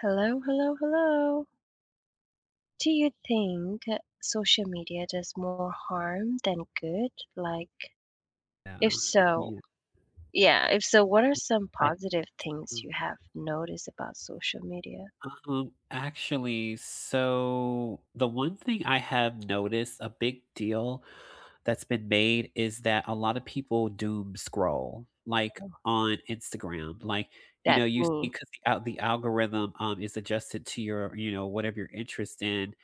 Hello, hello, hello. Do you think social media does more harm than good? Like, Yeah, if so, yeah. yeah, if so, what are some I positive things you have noticed about social media? so the one thing I have noticed, a big deal that's been made is that a lot of people doom scroll, like, Oh, on Instagram, like, you know, that's you see me. 'cause the al the algorithm, is adjusted to your, you know, whatever you're interested in,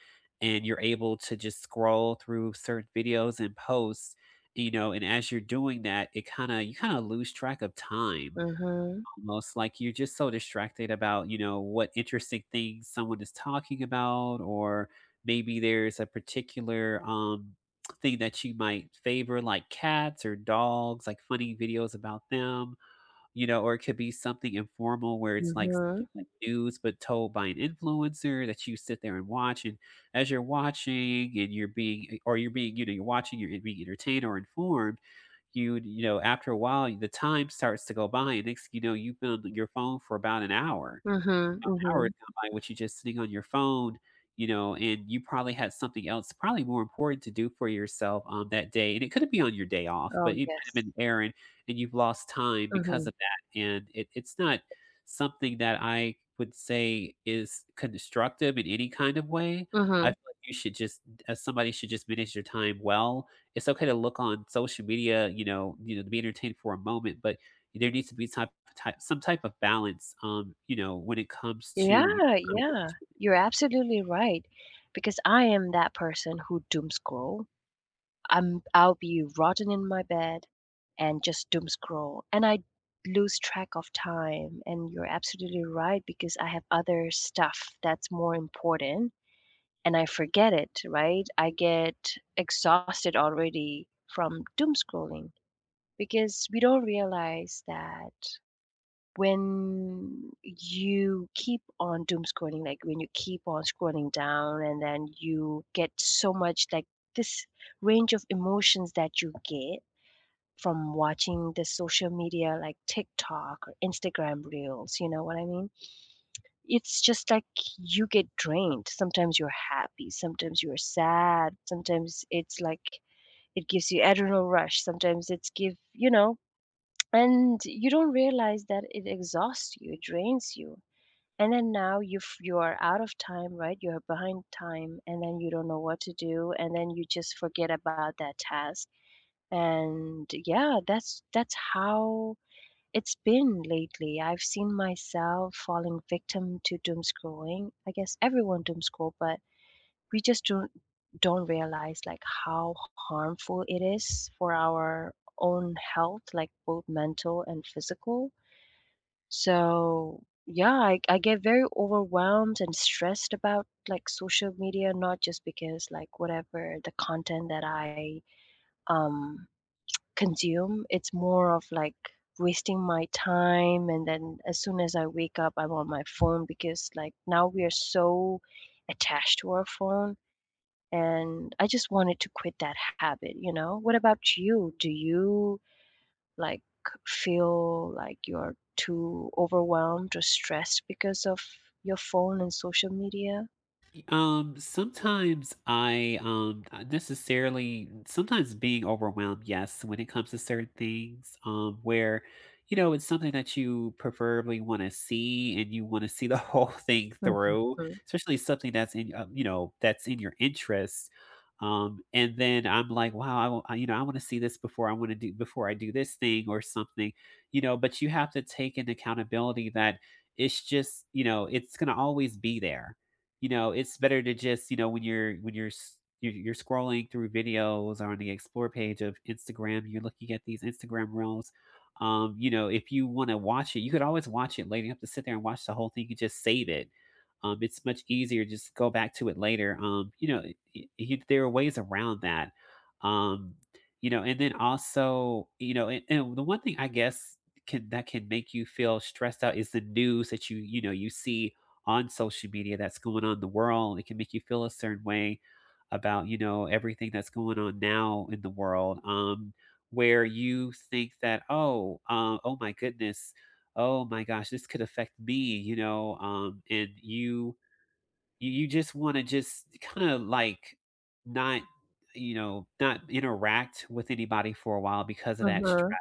and you're able to just scroll through certain videos and posts, you know, and as you're doing that, it kinda you kinda lose track of time. Mhm. Almost like you're just so distracted about, you know, what interesting things someone is talking about, or maybe there's a particular thing that you might favor, like cats or dogs, like funny videos about them, you know, or it could be something informal where it's like Mhm. something like news, but told by an influencer that you sit there and watch. And as you're watching and you're being, or you're being, you know, you're watching, you're being entertained or informed, you know, after a while, the time starts to go by. And next, you know, you've been on your phone for about an hour. Mhm. Hours Mhm. gone by with you just sitting on your phone, you know, and you probably had something else, probably more important to do for yourself on that day. And it could be on your day off, Oh, but it might have yes. been an errand, and you've lost time because Mhm. of that. And it's not something that I would say is constructive in any kind of way. I feel Mhm. like you should just, as somebody should just manage your time well. It's okay to look on social media, you know, to be entertained for a moment, but there needs to be type, type some type of balance, you know, when it comes to your Yeah, time. yeah. You're absolutely right because I am that person who doom scroll. I'll be rotten in my bed and just doom scroll, and I lose track of time, and you're absolutely right because I have other stuff that's more important and I forget it, right? I get exhausted already from doom scrolling because we don't realize that when you keep on doom scrolling, like when you keep on scrolling down and then you get so much like this range of emotions that you get from watching the social media like TikTok or Instagram reels, you know what I mean? It's just like you get drained. Sometimes you're happy, sometimes you're sad, sometimes it's like it gives you adrenal rush, sometimes it's give, you know, and you don't realize that it exhausts you, it drains you and then now you are out of time, right? You're behind time, and then you don't know what to do, and then you just forget about that task. And yeah, that's how it's been lately. I've seen myself falling victim to doom scrolling. I guess everyone doom scroll, but we just don't realize like how harmful it is for our own health, like both mental and physical. So, yeah, I get very overwhelmed and stressed about like social media, not just because like whatever the content that I um consume, it's more of like wasting my time and then as soon as I wake up, I'm on my phone because like now we are so attached to our phone and I just wanted to quit that habit, you know? What about you? Do you like feel like you're too overwhelmed or stressed because of your phone and social media? Sometimes I not necessarily sometimes being overwhelmed, yes, when it comes to certain things, where you know it's something that you preferably want to see and you want to see the whole thing Mhm, through, mhm, especially something that's in you know that's in your interest. And then I'm like, wow, you know, I want to see this before I do this thing or something, you know. But you have to take an accountability that it's just, you know, it's gonna always be there, you know. It's better to just, you know, when you're s you're scrolling through videos on the explore page of Instagram, you're looking at these Instagram reels, you know, if you wanna watch it, you could always watch it later, you don't have to sit there and watch the whole thing, you could just save it. It's much easier, just go back to it later, you know, y you there are ways around that. Um, you know, and then also, you know, and the one thing I guess can that can make you feel stressed out is the news that you know, you see on social media that's going on in the world. It can make you feel a certain way about, you know, everything that's going on now in the world. Where you think that, oh, oh my goodness, oh my gosh, this could affect me, you know, and you just want to just kind of like not, you know, not interact with anybody for a while because of that, mhm,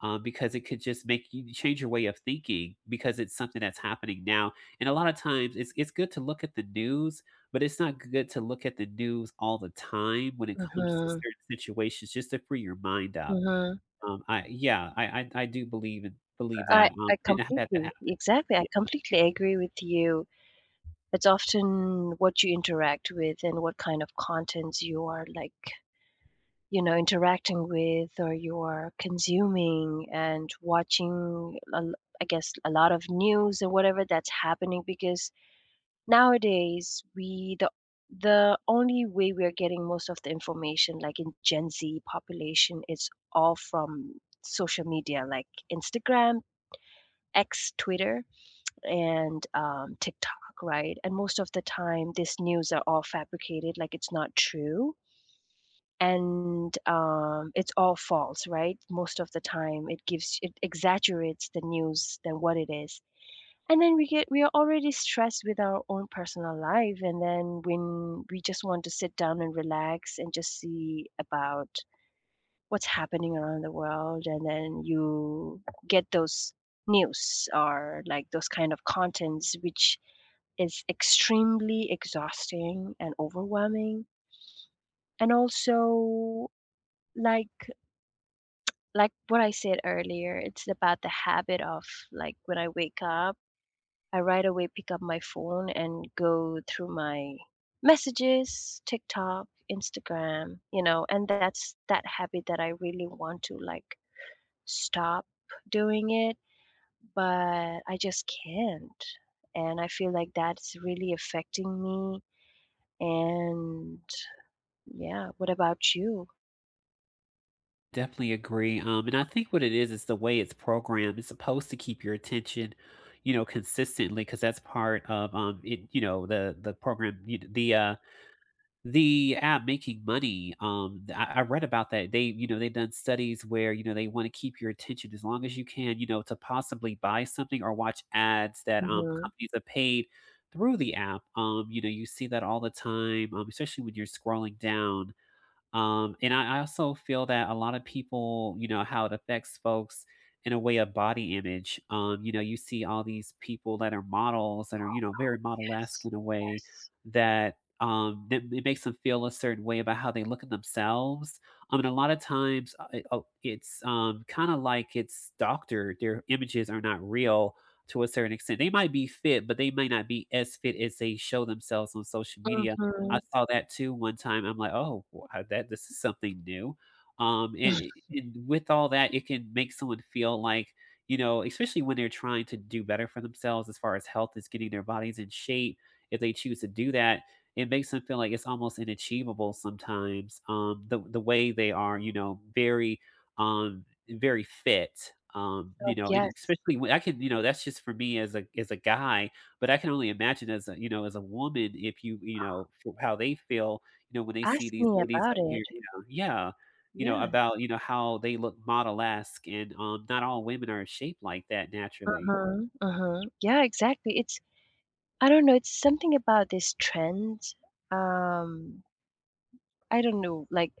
because it could just make you change your way of thinking because it's something that's happening now. And a lot of times, it's good to look at the news, but it's not good to look at the news all the time when it comes to certain situations, just to free your mind up. mhm. I Yeah, I do believe that, I and I've had that completely happen. exactly, I Yeah, completely agree with you. It's often what you interact with and what kind of contents you are like, you know, interacting with or you are consuming and watching, I guess, a lot of news and whatever that's happening because nowadays, we the only way we are getting most of the information, like in Gen Z population, is all from social media, like Instagram, X, Twitter, and TikTok, right? And most of the time, these news are all fabricated, like it's not true, and it's all false, right? Most of the time, it exaggerates the news than what it is and then we are already stressed with our own personal life, and then when we just want to sit down and relax and just see about what's happening around the world, and then you get those news or like those kind of contents, which is extremely exhausting and overwhelming. And also like like what I said earlier, it's about the habit of like when I wake up I right away pick up my phone and go through my messages, TikTok, Instagram, you know, and that's that habit that I really want to like stop doing it, but I just can't. And I feel like that's really affecting me. And yeah, what about you? definitely agree. And I think what it is the way it's programmed. It's supposed to keep your attention, you know, consistently because that's part of it. You know, the program, the app making money, th I read about that. They, you know, they've done studies where, you know, they wanna keep your attention as long as you can, you know, to possibly buy something or watch ads that, Hmm. companies have paid through the app. You know, you see that all the time, especially when you're scrolling down, and I also feel that a lot of people, you know, how it affects folks in a way of body image. You know, you see all these people that are models that are, you know, very model-esque Yes. in a way Yes. that that it makes them feel a certain way about how they look at themselves. I mean, a lot of times it, oh, it's kind of like it's doctored. Their images are not real to a certain extent. They might be fit, but they may not be as fit as they show themselves on social media. Hmm. I saw that too one time. I'm like, "Oh, wow, that this is something new." And with all that, it can make someone feel like, you know, especially when they're trying to do better for themselves as far as health is getting their bodies in shape, if they choose to do that, it makes them feel like it's almost inachievable sometimes, the way they are, you know, very, um, very fit, Oh, you know, and yes. especially when I can, you know, that's just for me as a guy, but I can only imagine as a, you know, as a woman, if you, you know, f how they feel, you know, when they see Ask these me ladies about up it. here, you know. Yeah, you know, Yes. about, you know, how they look model-esque, and, not all women are shaped like that naturally. Uh-huh, uh-huh. Yeah, exactly. It's I don't know, it's something about this trend. Um, I don't know, like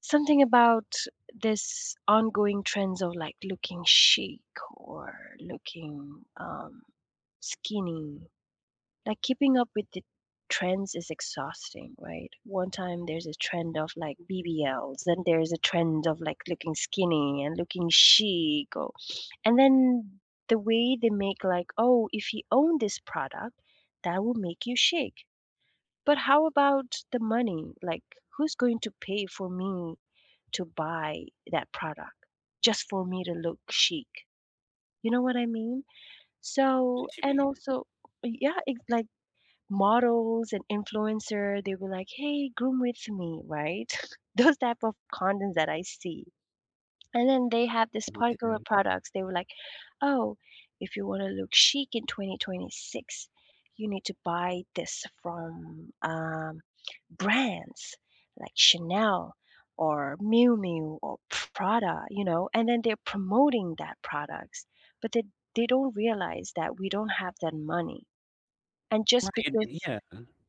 something about this ongoing trends of like looking chic or looking skinny. Like keeping up with the trends is exhausting, right? One time there's a trend of like BBLs, then there's a trend of like looking skinny and looking chic or and then the way they make like, "Oh, if you own this product, that will make you shake." But how about the money? Like, who's going to pay for me to buy that product just for me to look chic? You know what I mean? So What you and also yeah, it's like models and influencer, they were like, "Hey, groom with me," right? Those type of contents that I see. And then they have this particular mean? products. They were like, "Oh, if you wanna look chic in 2026, you need to buy this from, brands like Chanel or Miu Miu or Prada," you know? And then they're promoting that products, but they don't realize that we don't have that money. And Right, just and because yeah,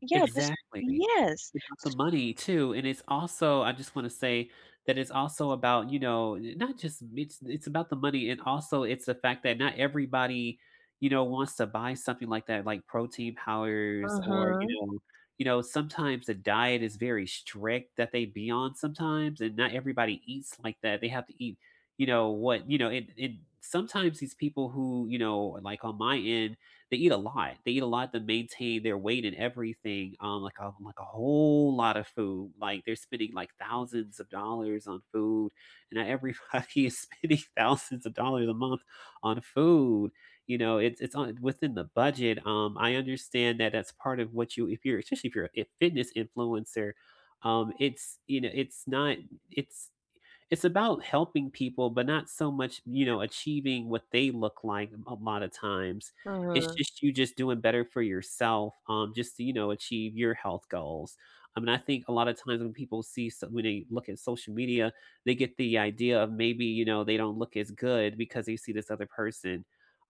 yeah, just exactly. yes. It's about the S money too, and it's also I just wanna say that it's also about, you know, n not just it's about the money, and also it's the fact that not everybody, you know, wants to buy something like that, like protein powders, or, you Mhm. know, you know, sometimes the diet is very strict that they be on sometimes, and not everybody eats like that. They have to eat, you know, what you know, and sometimes these people who, you know, like on my end they eat a lot. They eat a lot to maintain their weight and everything, like a whole lot of food. Like they're spending like thousands of dollars on food, and not everybody is spending thousands of dollars a month on food. You know, it's on within the budget. I understand that that's part of what you if you're, especially if you're a fitness influencer, it's you know it's not it's it's about helping people, but not so much, you know, achieving what they look like a lot of times. It's Mhm. just you just doing better for yourself, just to, you know, achieve your health goals. I mean, I think a lot of times when people see so when they look at social media, they get the idea of maybe, you know, they don't look as good because they see this other person.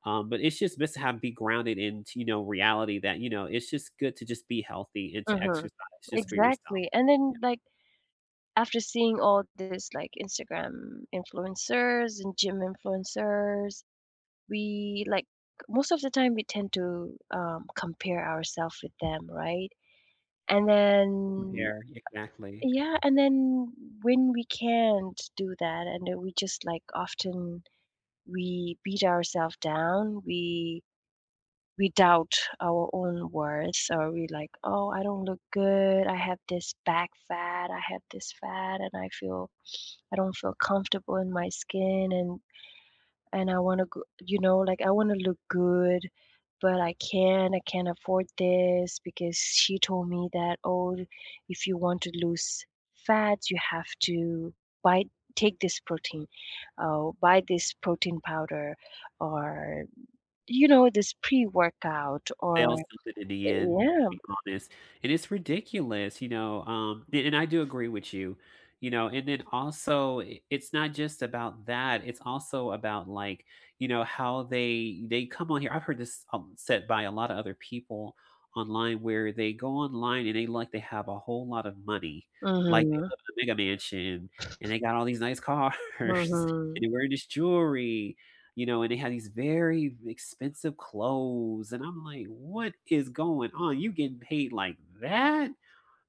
But it's just best to have be grounded in, you know, reality that, you know, it's just good to just be healthy and to Mhm. exercise just for yourself. Exactly. And Yeah. then, like, after seeing all this like Instagram influencers and gym influencers, we like most of the time we tend to compare ourselves with them, right? And then Compare, exactly. yeah, yeah, and then when we can't do that, and then we just like often we beat ourselves down, we doubt our own worth, or we like, oh, I don't look good. I have this back fat. I have this fat, and I don't feel comfortable in my skin and I want to go, you know, like I want to look good, but I can't. I can't afford this because she told me that oh, if you want to lose fats, you have to buy take this protein, buy this protein powder, or you know this pre workout, They or all sunk in the end, to yeah, be honest, and it's ridiculous, you know, a and I do agree with you, you know, and then also I it's not just about that, it's also about, like, you know, how they come on here. I've heard this, said by a lot of other people online where they go online and they like they have a whole lot of money, like, they mm-hmm, live in a mega mansion, and they got all these nice cars, mm-hmm. and they're wearing this jewelry, you know, and they had these very expensive clothes. And I'm like, what is going on? You getting paid like that?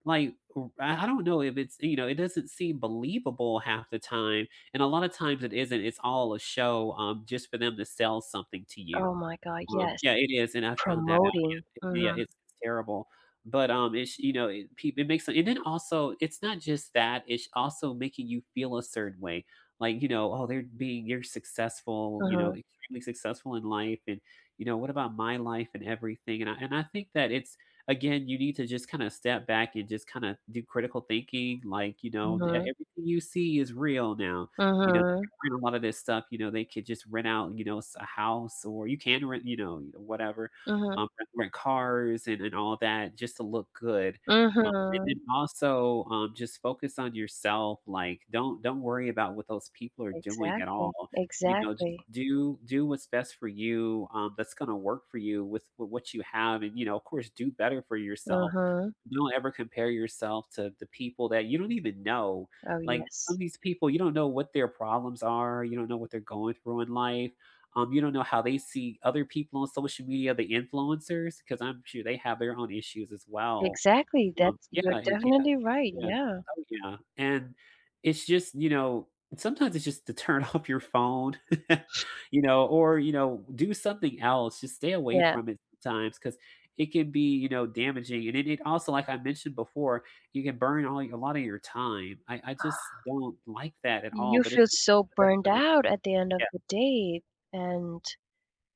Like, I don't know if it's, you know, it doesn't seem believable half the time, and a lot of times it isn't. It's all a show, just for them to sell something to Oh you. my God, yes, Yeah, it is, and I found that out. promoting. Yeah, Mm-hmm, yeah, it's terrible. But, it's you know, it peop it makes and then also, it's not just that, it's also making you feel a certain way. Like, you know, "Oh, they're being you're successful, you mm-hmm, know, extremely successful in life, and, you know, what about my life and everything?" And I think that it's again, you need to just kinda step back and just kinda do critical thinking, like, you know, e mm-hmm, everything you see is real now, you know, they mm-hmm. can rent a lot of this stuff, you know, they could just rent out, you know, s a house, or you can rent, you know, whatever, Mhm, rent cars and all that just to look good, and mhm. then also, just focus on yourself, like, don't worry about what those people are doing at all. Exactly, You know, just exactly. do what's best for you, that's gonna work for you with what you have and, you know, of course, do better for yourself. Mhm. Don't ever compare yourself to the people that you don't even know. Oh, Like, some yes. of these people, you don't know what their problems are, you don't know what they're going through in life, you don't know how they see other people on social media, the influencers, because 'cause I'm sure they have their own issues as well. Exactly, that's Yeah, you're I Yeah. definitely right, Yeah. yeah. Oh, yeah, and it's just, you know, sometimes it's just to turn off your phone, you know, or, you know, do something else. Just stay away Yeah. from it sometimes because it can be, you know, damaging, and it also, like I mentioned before, you can burn all a lot of your time. I just don't like that at all, You but feel it's just so burned out at the end of the day, and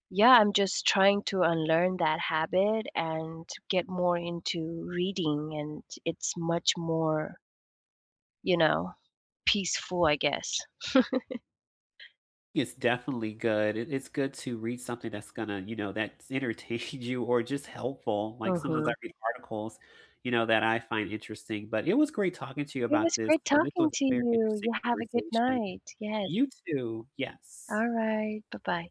yeah, I'm just trying to unlearn that habit and get more into reading, and it's much more, you know, peaceful, I guess. It's definitely good. It's good to read something that's gonna, you know, that's entertained you or just helpful. Like, sometimes I Mhm. read articles, you know, that I find interesting, but it was great talking to you It about was this. great This talking was a to very you. interesting You have a good conversation. night. Yes. You too. Yes. Alright, bye-bye.